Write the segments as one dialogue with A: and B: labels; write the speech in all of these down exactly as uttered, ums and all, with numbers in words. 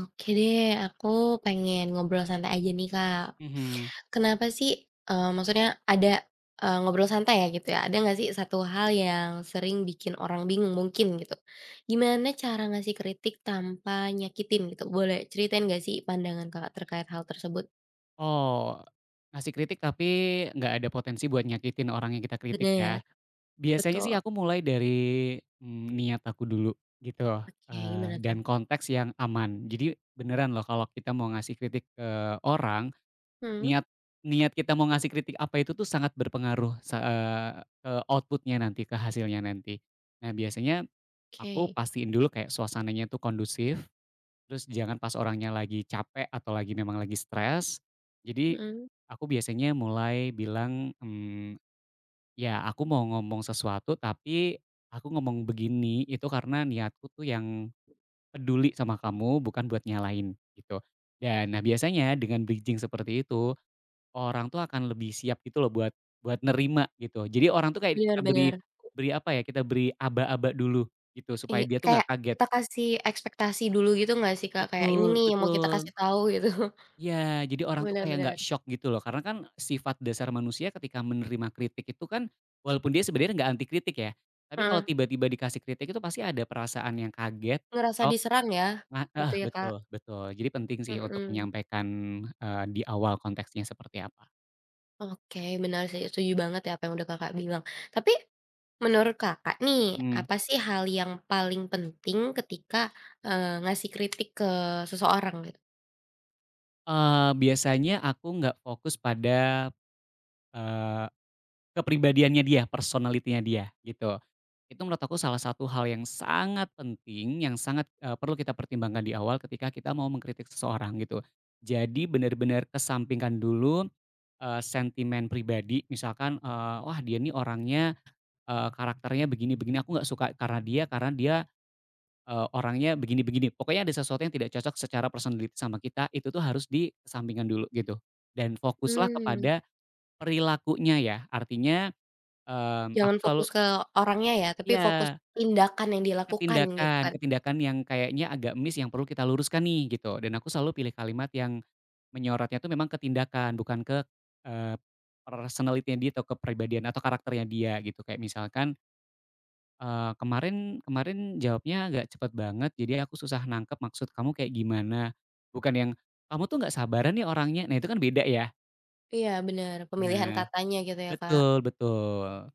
A: Oke deh, aku pengen ngobrol santai aja nih, Kak.
B: Mhm.
A: Kenapa sih, eee, maksudnya ada, eee, ngobrol santai ya gitu ya, ada nggak sih satu hal yang sering bikin orang bingung mungkin gitu? Gimana cara ngasih kritik tanpa nyakitin gitu? Boleh ceritain nggak sih pandangan Kakak terkait hal tersebut?
B: Oh, ngasih kritik tapi nggak ada potensi buat nyakitin orang yang kita kritik ya.
A: Bener,
B: Biasanya sih
A: betul.
B: aku mulai dari, mmm, niat aku dulu gitu,
A: Oke,
B: eee,
A: gimana tuh?
B: dan konteks yang aman. Jadi beneran loh kalau kita mau ngasih kritik ke orang,
A: Hmm,
B: niat niat kita mau ngasih kritik apa itu tuh sangat berpengaruh se eee, ke outputnya nanti, ke hasilnya nanti. Nah biasanya aku
A: oke.
B: pastiin dulu kayak suasananya tuh kondusif. Terus jangan pas orangnya lagi capek atau lagi memang lagi stres. Jadi
A: Mhm,
B: aku biasanya mulai bilang, mmm, "Ya aku mau ngomong sesuatu tapi aku ngomong begini itu karena niatku tuh yang peduli sama kamu bukan buat nyalain gitu. Dan nah biasanya dengan bridging seperti itu, orang tuh akan lebih siap gitu loh buat buat nerima gitu. Jadi orang tuh kayak kita beri
A: benar-benar.
B: beri apa ya, kita beri aba-aba dulu gitu supaya
A: Iya,
B: dia tuh nggak
A: kayak
B: kaget.
A: kita kasih ekspektasi dulu gitu nggak sih, Kak? Kayak ini
B: Betul
A: nih yang mau kita kasih
B: betul.
A: tahu gitu.
B: Iya, jadi orang tuh kayak nggak
A: Benar-benar.
B: shock gitu loh, karena kan sifat dasar manusia ketika menerima kritik itu kan, walaupun dia sebenarnya nggak anti kritik ya, tapi kalau
A: Heeh,
B: tiba-tiba dikasih kritik itu pasti ada perasaan yang kaget,
A: ngerasa
B: shock,
A: diserang ya,
B: nga heeh,
A: gitu ya, Kak?
B: betul betul. Jadi penting sih untuk
A: Mhm,
B: menyampaikan, eee, di awal konteksnya seperti apa.
A: oke benar sih, setuju banget ya apa yang udah Kakak bilang. Tapi menurut Kakak nih,
B: Mmm,
A: apa sih hal yang paling penting ketika, eee, ngasih kritik ke seseorang gitu?
B: eee, biasanya aku nggak fokus pada, eee, kepribadiannya dia, personalitinya dia, gitu. Itu menurut aku salah satu hal yang sangat penting, yang sangat, eee, perlu kita pertimbangkan di awal ketika kita mau mengkritik seseorang gitu. Jadi benar-benar kesampingkan dulu, eee, sentimen pribadi misalkan, eee, "Wah dia nih orangnya, eee, karakternya begini-begini, aku nggak suka karena dia karena dia, eee, orangnya begini-begini." Pokoknya ada sesuatu yang tidak cocok secara personality sama kita, itu tuh harus dikesampingkan dulu gitu. Dan fokuslah
A: Mmm,
B: kepada perilakunya ya, artinya, mmm,
A: jangan
B: aku selalu
A: fokus ke orangnya ya, tapi fokus
B: ya.
A: tindakan yang
B: Ke
A: dilakukan gitu
B: tindakan
A: kan?
B: ke tindakan yang kayaknya agak miss yang perlu kita luruskan nih gitu dan aku selalu pilih kalimat yang menyorotnya tuh memang ke tindakan bukan ke, eee, personality-nya dia atau kepribadian atau karakternya dia gitu kayak misalkan, eee, "Kemarin kemarin jawabnya agak cepet banget jadi aku susah nangkep maksud kamu kayak gimana." Bukan yang, "Kamu tuh nggak sabaran nih orangnya." Nah itu kan beda ya.
A: Iya benar, pemilihan
B: Nah
A: katanya gitu ya, Kak?
B: betul betul.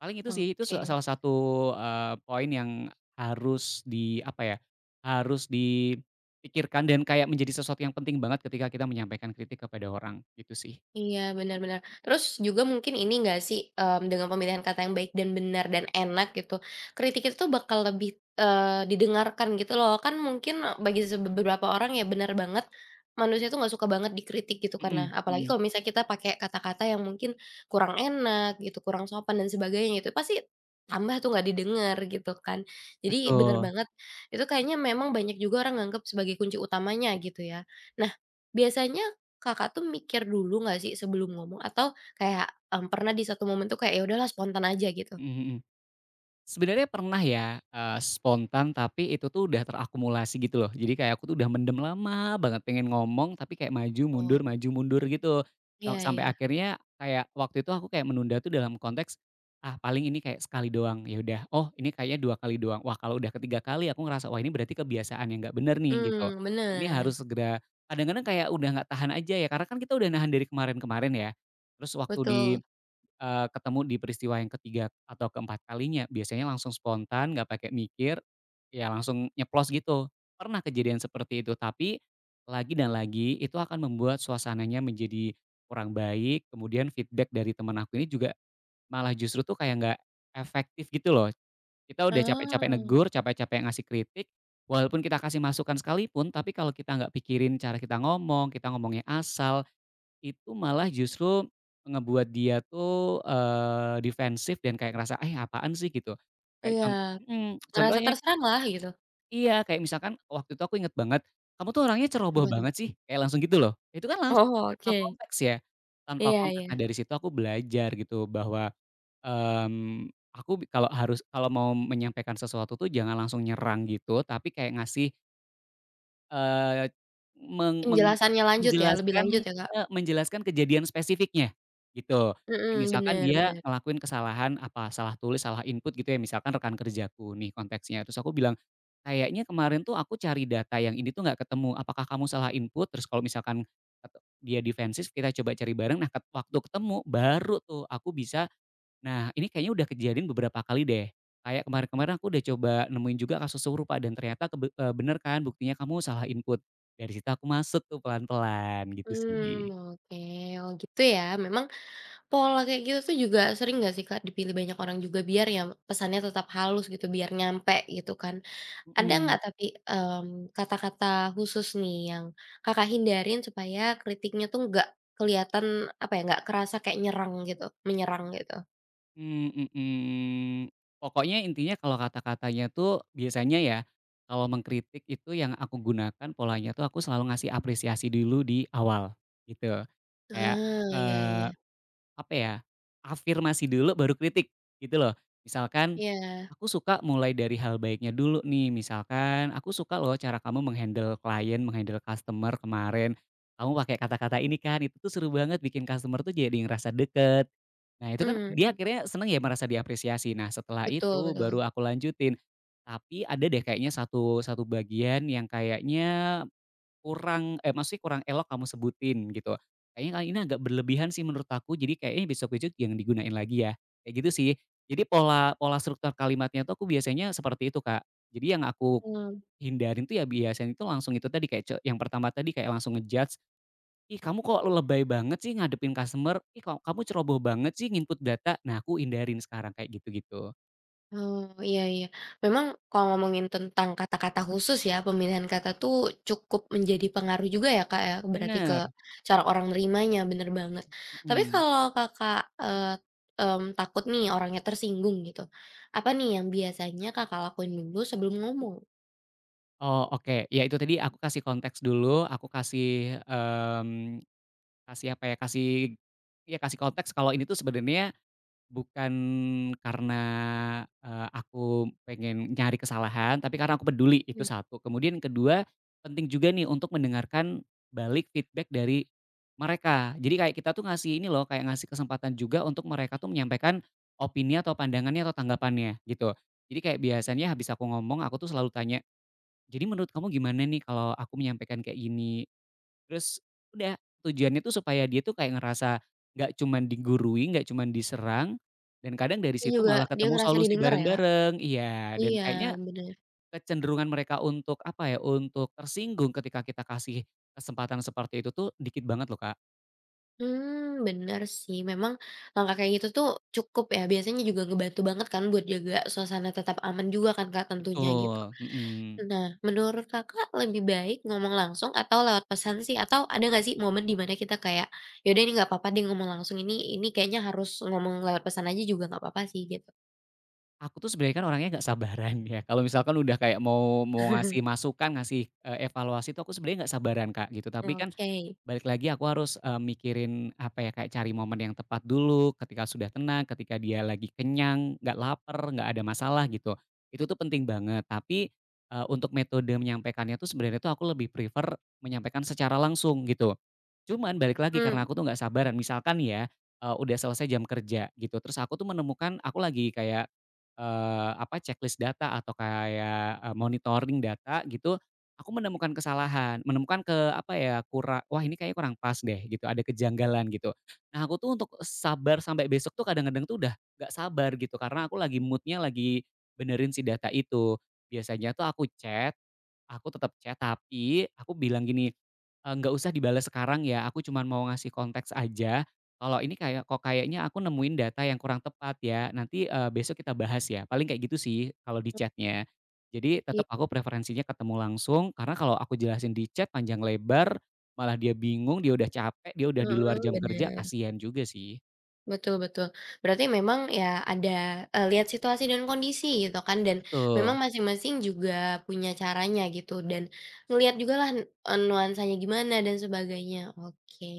B: Paling itu sih, itu sa
A: Oke.
B: salah satu, eee, poin yang harus di apa ya, harus dipikirkan dan kayak menjadi sesuatu yang penting banget ketika kita menyampaikan kritik kepada orang, gitu sih.
A: Iya, benar-benar. Terus juga mungkin ini nggak sih, mmm, dengan pemilihan kata yang baik dan benar dan enak gitu, kritik itu tuh bakal lebih, eee, didengarkan gitu loh. Kan mungkin bagi se beberapa orang ya benar banget, manusia tuh nggak suka banget dikritik gitu
B: Mhm
A: karena apalagi
B: mhm,
A: kalau misalnya kita pakai kata-kata yang mungkin kurang enak gitu, kurang sopan dan sebagainya itu pasti tambah tuh nggak didengar gitu kan. Jadi benar
B: betul,
A: banget, itu kayaknya memang banyak juga orang nganggep sebagai kunci utamanya gitu ya. Nah, biasanya Kakak tuh mikir dulu nggak sih sebelum ngomong atau kayak, mmm, pernah di satu momen tuh kayak ya udahlah spontan aja gitu?
B: mhm mhm. Sebenarnya pernah ya, eee, spontan tapi itu tuh udah terakumulasi gitu loh. Jadi kayak aku tuh udah mendem lama banget pengen ngomong tapi kayak maju
A: Oh,
B: mundur maju mundur gitu. Sa
A: iya
B: sampai
A: iya,
B: akhirnya kayak waktu itu aku kayak menunda tuh dalam konteks, ah paling ini kayak sekali doang, ya udah, oh ini kayaknya dua kali doang. Wah kalau udah ketiga kali aku ngerasa, wah ini berarti kebiasaan yang nggak bener nih gitu.
A: mmm,
B: Ini
A: bener,
B: harus segera, kadang-kadang kayak udah nggak tahan aja ya karena kan kita udah nahan dari kemarin-kemarin ya. Terus waktu di
A: betul.
B: Eee, Ketemu di peristiwa yang ketiga atau keempat kalinya, biasanya langsung spontan nggak pakai mikir, ya langsung nyeplos gitu. Pernah kejadian seperti itu, tapi lagi dan lagi itu akan membuat suasananya menjadi kurang baik, kemudian feedback dari teman aku ini juga malah justru tuh kayak nggak efektif gitu loh. Kita udah capek-capek
A: Oh,
B: negur, capek-capek ngasih kritik, walaupun kita kasih masukan sekalipun, tapi kalau kita nggak pikirin cara kita ngomong, kita ngomongnya asal, itu malah justru ngebuat dia tuh, eee, defensif dan kayak ngerasa, "Eh, apaan sih?" Gitu. Kayak
A: iya,
B: contoh hmm,
A: ngerasa
B: contohnya
A: terserang lah gitu.
B: iya, kayak misalkan waktu itu aku inget banget, "Kamu tuh orangnya ceroboh
A: Apa tuh?
B: banget sih," kayak langsung gitu loh. Itu kan langsung
A: Oh
B: tanpa
A: oke,
B: konteks ya, tanpa
A: iya
B: konteks.
A: iya,
B: Nah, dari situ aku belajar gitu bahwa, mmm, aku bi- kalau harus kalau mau menyampaikan sesuatu tuh jangan langsung nyerang gitu, tapi kayak ngasih Eee, meng meng
A: penjelasannya lanjut ya, lebih
B: menjelaskan
A: lanjut ya, Kak?
B: eee, menjelaskan kejadian spesifiknya, gitu. Kayak
A: Mhm,
B: misalkan
A: bener
B: dia
A: bener.
B: ngelakuin kesalahan, apa, salah tulis, salah input gitu ya, misalkan rekan kerjaku nih konteksnya, terus aku bilang, "Kayaknya kemarin tuh aku cari data yang ini tuh nggak ketemu, apakah kamu salah input?" Terus kalau misalkan, eee, dia defensif, kita coba cari bareng, nah ket waktu ketemu, baru tuh aku bisa. Nah, ini kayaknya udah kejadian beberapa kali deh. Kayak kemarin-kemarin aku udah coba nemuin juga kasus serupa dan ternyata kebe eee, bener kan buktinya kamu salah input. Dari situ aku masuk tuh pelan-pelan gitu
A: Mmm,
B: sih.
A: oke, oh gitu ya, memang pola kayak gitu tuh juga sering nggak sih, Kak, dipilih banyak orang juga biar ya pesannya tetap halus gitu, biar nyampe gitu kan? Ada nggak
B: Mhm,
A: tapi, mmm, kata-kata khusus nih yang Kakak hindarin supaya kritiknya tuh nggak kelihatan, apa ya, nggak kerasa kayak nyerang gitu, menyerang gitu?
B: mmm, mhm. Pokoknya intinya kalau kata-katanya tuh biasanya ya, kalau mengkritik itu yang aku gunakan polanya tuh aku selalu ngasih apresiasi dulu di awal, gitu. Kayak,
A: Ah, iya iya.
B: eh, apa ya, afirmasi dulu baru kritik, gitu loh. Misalkan,
A: Iya,
B: aku suka mulai dari hal baiknya dulu nih, misalkan, "Aku suka loh cara kamu menghandle klien, menghandle customer kemarin, kamu pakai kata-kata ini kan, itu tuh seru banget bikin customer tuh jadi ngerasa deket." Nah itu kan dia
A: Hmm
B: akhirnya seneng ya merasa diapresiasi. Nah setelah
A: betul
B: itu
A: betul.
B: baru aku lanjutin. Tapi ada deh kayaknya satu satu bagian yang kayaknya kurang eh, maksudnya kurang elok kamu sebutin gitu. Kayaknya kali ini agak berlebihan sih menurut aku, jadi kayaknya besok-besok yang digunain lagi ya, kayak gitu sih. Jadi pola pola struktur kalimatnya tuh aku biasanya seperti itu, Kak. Jadi yang aku
A: Mmm.
B: hindarin tuh ya biasanya itu langsung itu tadi kayak ce yang pertama tadi kayak langsung nge. "Ih kamu kok lebay banget sih ngadepin customer, ih kok kamu ceroboh banget sih nginput data." Nah aku hindarin sekarang kayak gitu-gitu.
A: Oh, iya iya. Memang kalau ngomongin tentang kata-kata khusus ya, pemilihan kata tuh cukup menjadi pengaruh juga ya, Kak, ya, berarti ke
B: Bener,
A: cara orang nerimanya, bener banget. Tapi
B: mhm.
A: kalau Kakak, eee, mmm, takut nih orangnya tersinggung gitu, apa nih yang biasanya Kakak lakuin dulu sebelum ngomong?
B: Oh oke, ya itu tadi aku kasih konteks dulu, aku kasih, mmm kasih apa ya, kasih ya kasih konteks kalau ini tuh sebenarnya bukan karena, eee, aku pengen nyari kesalahan, tapi karena aku peduli, itu
A: Mhm.
B: satu. Kemudian kedua penting juga nih untuk mendengarkan balik feedback dari mereka. Jadi kayak kita tuh ngasih ini loh, kayak ngasih kesempatan juga untuk mereka tuh menyampaikan opini atau pandangannya atau tanggapannya, gitu. Jadi kayak biasanya habis aku ngomong, aku tuh selalu tanya, "Jadi menurut kamu gimana nih kalau aku menyampaikan kayak gini?" Terus udah, tujuannya tuh supaya dia tuh kayak ngerasa nggak cuman digurui, nggak cuman diserang, dan kadang dari
A: Ini
B: situ
A: juga
B: malah
A: dia
B: ketemu
A: ngerasa
B: solusi
A: didengar ya, Kak?
B: bareng-bareng. Iya, dan
A: Iya,
B: kayaknya
A: bener.
B: kecenderungan mereka untuk apa ya, untuk tersinggung ketika kita kasih kesempatan seperti itu tuh dikit banget loh, Kak.
A: Hmm bener sih, memang langkah kayak gitu tuh cukup ya, biasanya juga ngebantu banget kan buat jaga suasana tetap aman juga kan, Kak, tentunya gitu.
B: Betul, mhm.
A: Nah, menurut Kakak lebih baik ngomong langsung atau lewat pesan sih? Atau ada nggak sih momen di mana kita kayak, yaudah ini nggak apa-apa deh ngomong langsung, ini ini kayaknya harus ngomong lewat pesan aja juga nggak apa-apa sih, gitu?
B: Aku tuh sebenarnya kan orangnya nggak sabaran ya, kalau misalkan udah kayak mau mau ngasih masukan, ngasih, eee, evaluasi tuh aku sebenarnya nggak sabaran, Kak, gitu. Tapi kan
A: Oke.
B: balik lagi aku harus, eee, mikirin apa ya, kayak cari momen yang tepat dulu, ketika sudah tenang, ketika dia lagi kenyang, nggak lapar nggak ada masalah gitu. Itu tuh penting banget, tapi, eee, untuk metode menyampaikannya tuh sebenarnya tuh aku lebih prefer menyampaikan secara langsung gitu. Cuman balik lagi karena
A: Hmm.
B: aku tuh nggak sabaran, misalkan ya, eee, udah selesai jam kerja gitu, terus aku tuh menemukan aku lagi kayak, eee, apa, checklist data atau kayak, eee, monitoring data gitu. Aku menemukan kesalahan, menemukan ke apa ya, kurang, wah ini kayaknya kurang pas deh gitu, ada kejanggalan gitu. Nah aku tuh untuk sabar sampai besok tuh kadang-kadang tuh udah nggak sabar gitu, karena aku lagi moodnya lagi benerin si data itu. Biasanya tuh aku chat. Aku tetap chat, tapi aku bilang gini, eee, "Nggak usah dibalas sekarang ya, aku cuman mau ngasih konteks aja, kalau ini kayak kok kayaknya aku nemuin data yang kurang tepat ya, nanti, eee, besok kita bahas ya." Paling kayak gitu sih kalau di chatnya. Jadi
A: Iya,
B: tetap aku preferensinya ketemu langsung, karena kalau aku jelasin di chat panjang lebar, malah dia bingung, dia udah capek, dia udah di luar
A: mhm,
B: jam kerja,
A: bener.
B: kasihan juga sih.
A: Betul betul. Berarti memang ya ada, eee, lihat situasi dan kondisi gitu kan dan memang
B: Betul,
A: masing-masing juga punya caranya gitu dan ngelihat jugalah, eee, nuansanya gimana dan sebagainya, oke.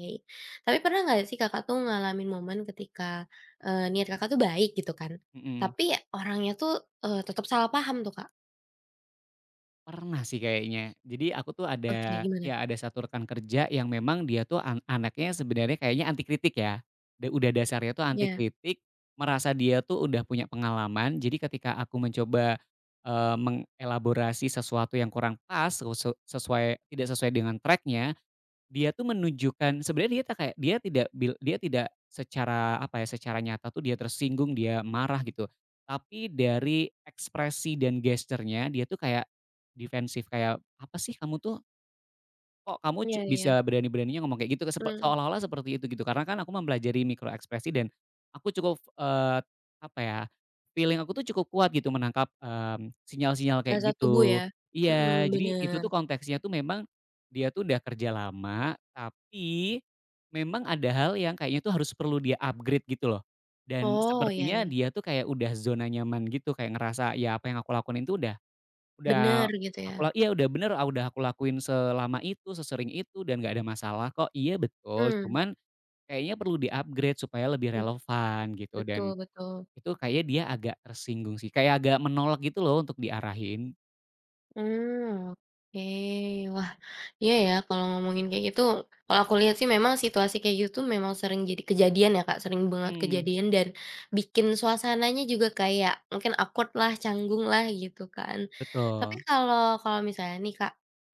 A: Tapi pernah nggak sih Kakak tuh ngalamin momen ketika, eee, niat Kakak tuh baik gitu kan,
B: mhm.
A: tapi orangnya tuh, eee, tetap salah paham tuh Kak?
B: Pernah sih kayaknya. Jadi aku tuh
A: Oke
B: ada
A: gimana?
B: ya ada satu rekan kerja yang memang dia tuh an anaknya sebenarnya kayaknya anti kritik ya. Da udah dasarnya tuh anti
A: Ya
B: kritik, merasa dia tuh udah punya pengalaman, jadi ketika aku mencoba, eee, mengelaborasi sesuatu yang kurang pas, sesu sesuai tidak sesuai dengan tracknya. Dia tuh menunjukkan sebenarnya dia tuh kayak dia tidak bil dia tidak secara apa ya, secara nyata tuh dia tersinggung, dia marah gitu. Tapi dari ekspresi dan gesturnya dia tuh kayak defensif, kayak, "Apa sih kamu tuh? Kok kamu ce
A: ya ya,
B: bisa berani-beraninya ngomong kayak gitu? Ke Sepe
A: mhm,
B: Seolah-olah seperti itu gitu, karena kan aku mempelajari mikro ekspresi dan aku cukup, eee, apa ya, feeling aku tuh cukup kuat gitu menangkap, mmm, sinyal-sinyal kayak
A: bahasa tubuh
B: gitu.
A: ya? Mhm,
B: Iya, jadi itu
A: bener.
B: tuh konteksnya tuh memang dia tuh udah kerja lama, tapi memang ada hal yang kayaknya tuh harus perlu dia upgrade gitu loh. Dan
A: Oh, ya
B: sepertinya
A: ya,
B: dia tuh kayak udah zona nyaman gitu, kayak ngerasa, "Ya apa yang aku lakuin itu udah
A: bener
B: Udah
A: gitu ya?
B: aku la iya udah bener, ah, udah aku lakuin selama itu, sesering itu, dan nggak ada masalah kok. Iya betul,
A: Mmm.
B: cuman kayaknya perlu di-upgrade supaya lebih relevan gitu dan
A: Betul betul.
B: itu kayaknya dia agak tersinggung sih, kayak agak menolak gitu loh untuk diarahin.
A: Mmm, oke. Wah, iya ya kalau ngomongin kayak gitu, kalau aku lihat sih memang situasi kayak gitu memang sering jadi kejadian ya, Kak, sering banget
B: Mhm,
A: kejadian dan bikin suasananya juga kayak mungkin awkward lah, canggung lah gitu kan. Tapi
B: betul,
A: kalau kalau misalnya nih, Kak,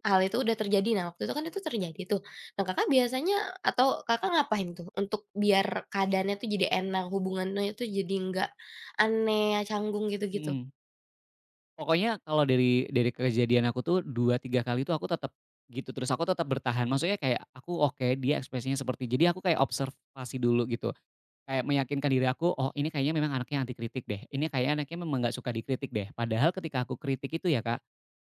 A: hal itu udah terjadi, nah waktu itu kan itu terjadi tuh. Nah, Kakak biasanya atau Kakak ngapain tuh untuk biar keadaannya tuh jadi enak, hubungannya tuh jadi nggak aneh, canggung gitu-gitu?
B: mhm. Pokoknya kalau dari dari kejadian aku tuh dua tiga kali tuh aku tetep gitu, terus aku tetap bertahan. Maksudnya kayak aku oke, dia ekspresinya seperti jadi aku kayak observasi dulu gitu. Kayak meyakinkan diri aku, "Oh ini kayaknya memang anaknya anti kritik deh, ini kayaknya anaknya memang nggak suka dikritik deh." Padahal ketika aku kritik itu ya Kak,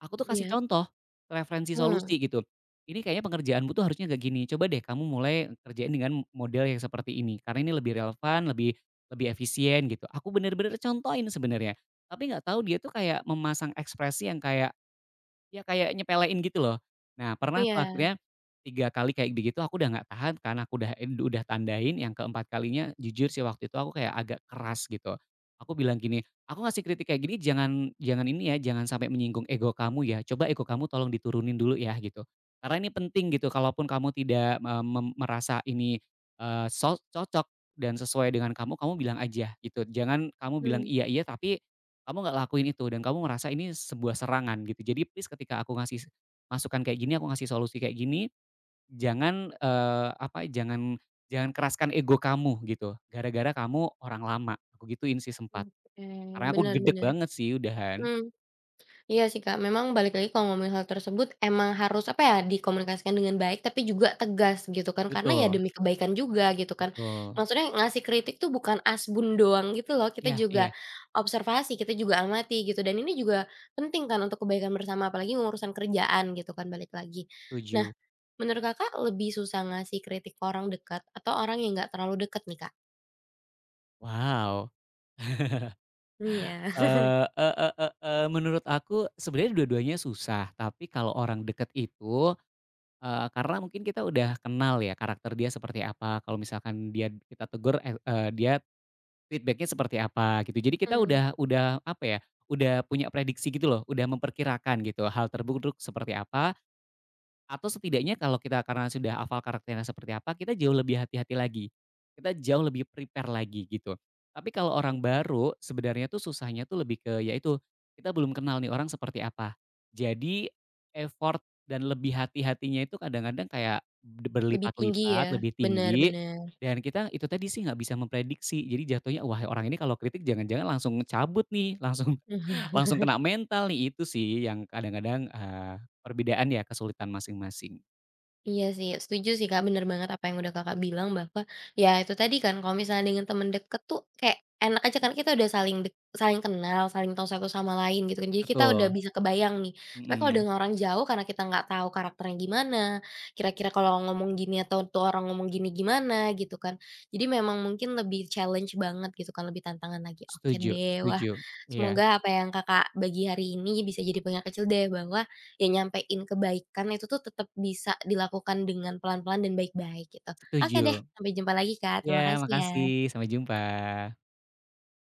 B: aku tuh kasih
A: Iya,
B: contoh, referensi
A: hmm,
B: solusi gitu. "Ini kayaknya pengerjaanmu tuh harusnya gak gini, coba deh kamu mulai kerjain dengan model yang seperti ini, karena ini lebih relevan, lebih lebih efisien." Gitu. Aku bener-bener contohin sebenarnya, tapi nggak tahu dia tuh kayak memasang ekspresi yang kayak iya, kayak nyepelein gitu loh. Nah, pernah tuh
A: Iya,
B: akhirnya tiga kali kayak begitu aku udah nggak tahan kan, aku udah udah tandain, yang keempat kalinya jujur sih waktu itu aku kayak agak keras gitu. Aku bilang gini, "Aku ngasih kritik kayak gini jangan jangan ini ya, jangan sampai menyinggung ego kamu ya, coba ego kamu tolong diturunin dulu ya," gitu. "Karena ini penting gitu, kalaupun kamu tidak me mem merasa ini, eee, so cocok dan sesuai dengan kamu, kamu bilang aja," gitu. "Jangan kamu bilang
A: mmm,
B: iya iya, tapi kamu nggak lakuin itu dan kamu merasa ini sebuah serangan gitu. Jadi please ketika aku ngasih masukan kayak gini, aku ngasih solusi kayak gini, jangan, eee, apa, jangan jangan keraskan ego kamu gitu, gara-gara kamu orang lama, aku gituin sih sempat.
A: oke,
B: Karena aku
A: bener
B: gede
A: bener.
B: banget sih udahan.
A: Mmm, iya sih, Kak, memang balik lagi kalau ngomongin hal tersebut emang harus, apa ya, dikomunikasikan dengan baik tapi juga tegas gitu kan, karena ya
B: Betul
A: demi kebaikan juga gitu kan.
B: betul.
A: Maksudnya ngasih kritik tuh bukan asbun doang gitu loh, kita
B: Iya iya,
A: juga observasi, kita juga amati gitu dan ini juga penting kan untuk kebaikan bersama, apalagi urusan kerjaan gitu kan, balik lagi. Nah,
B: setuju.
A: menurut Kakak lebih susah ngasih kritik ke orang dekat atau orang yang nggak terlalu dekat nih, Kak?
B: Wow,
A: Iya.
B: eee, e e e eee, menurut aku sebenarnya dua-duanya susah, tapi kalau orang deket itu Eee, karena mungkin kita udah kenal ya karakter dia seperti apa, kalau misalkan dia kita tegur, eh, eee, dia feedbacknya seperti apa gitu. Jadi kita
A: Mmm.
B: udah udah apa ya, udah punya prediksi gitu loh, udah memperkirakan gitu hal terburuk seperti apa atau setidaknya kalau kita karena sudah hafal karakternya seperti apa, kita jauh lebih hati-hati lagi. Kita jauh lebih prepare lagi gitu. Tapi kalau orang baru sebenarnya tuh susahnya tuh lebih ke yaitu kita belum kenal nih orang seperti apa. Jadi effort dan lebih hati-hatinya itu kadang-kadang kayak be
A: Lebih tinggi ya,
B: berlipat-lipat, lebih
A: benar
B: tinggi
A: bener.
B: dan kita itu tadi sih nggak bisa memprediksi. Jadi jatuhnya, "Wah orang ini kalau kritik jangan-jangan langsung cabut nih, langsung" Langsung kena mental nih, itu sih yang kadang-kadang, eee, perbedaan ya kesulitan masing-masing.
A: Iya sih, setuju sih Kak, bener banget apa yang udah Kakak bilang bahwa, ya itu tadi kan kalau misalnya dengan temen deket tuh kayak enak aja kan kita udah saling dek saling kenal, saling tahu satu sama lain gitu kan, jadi kita udah
B: Betul,
A: bisa kebayang nih. Tapi kalau
B: mhm.
A: dengan orang jauh karena kita nggak tahu karakternya gimana, kira-kira kalau ngomong gini atau tuh orang ngomong gini gimana gitu kan. Jadi memang mungkin lebih challenge banget gitu kan, lebih tantangan lagi. Oke
B: Setuju
A: deh, wah
B: setuju. Iya,
A: semoga apa yang Kakak bagi hari ini bisa jadi pengingat kecil deh bahwa ya nyampein kebaikan itu tuh tetap bisa dilakukan dengan pelan-pelan dan baik-baik gitu. Oke deh,
B: setuju.
A: sampai jumpa lagi Kak,
B: Iya,
A: terima kasih
B: makasih,
A: ya.
B: sampai jumpa.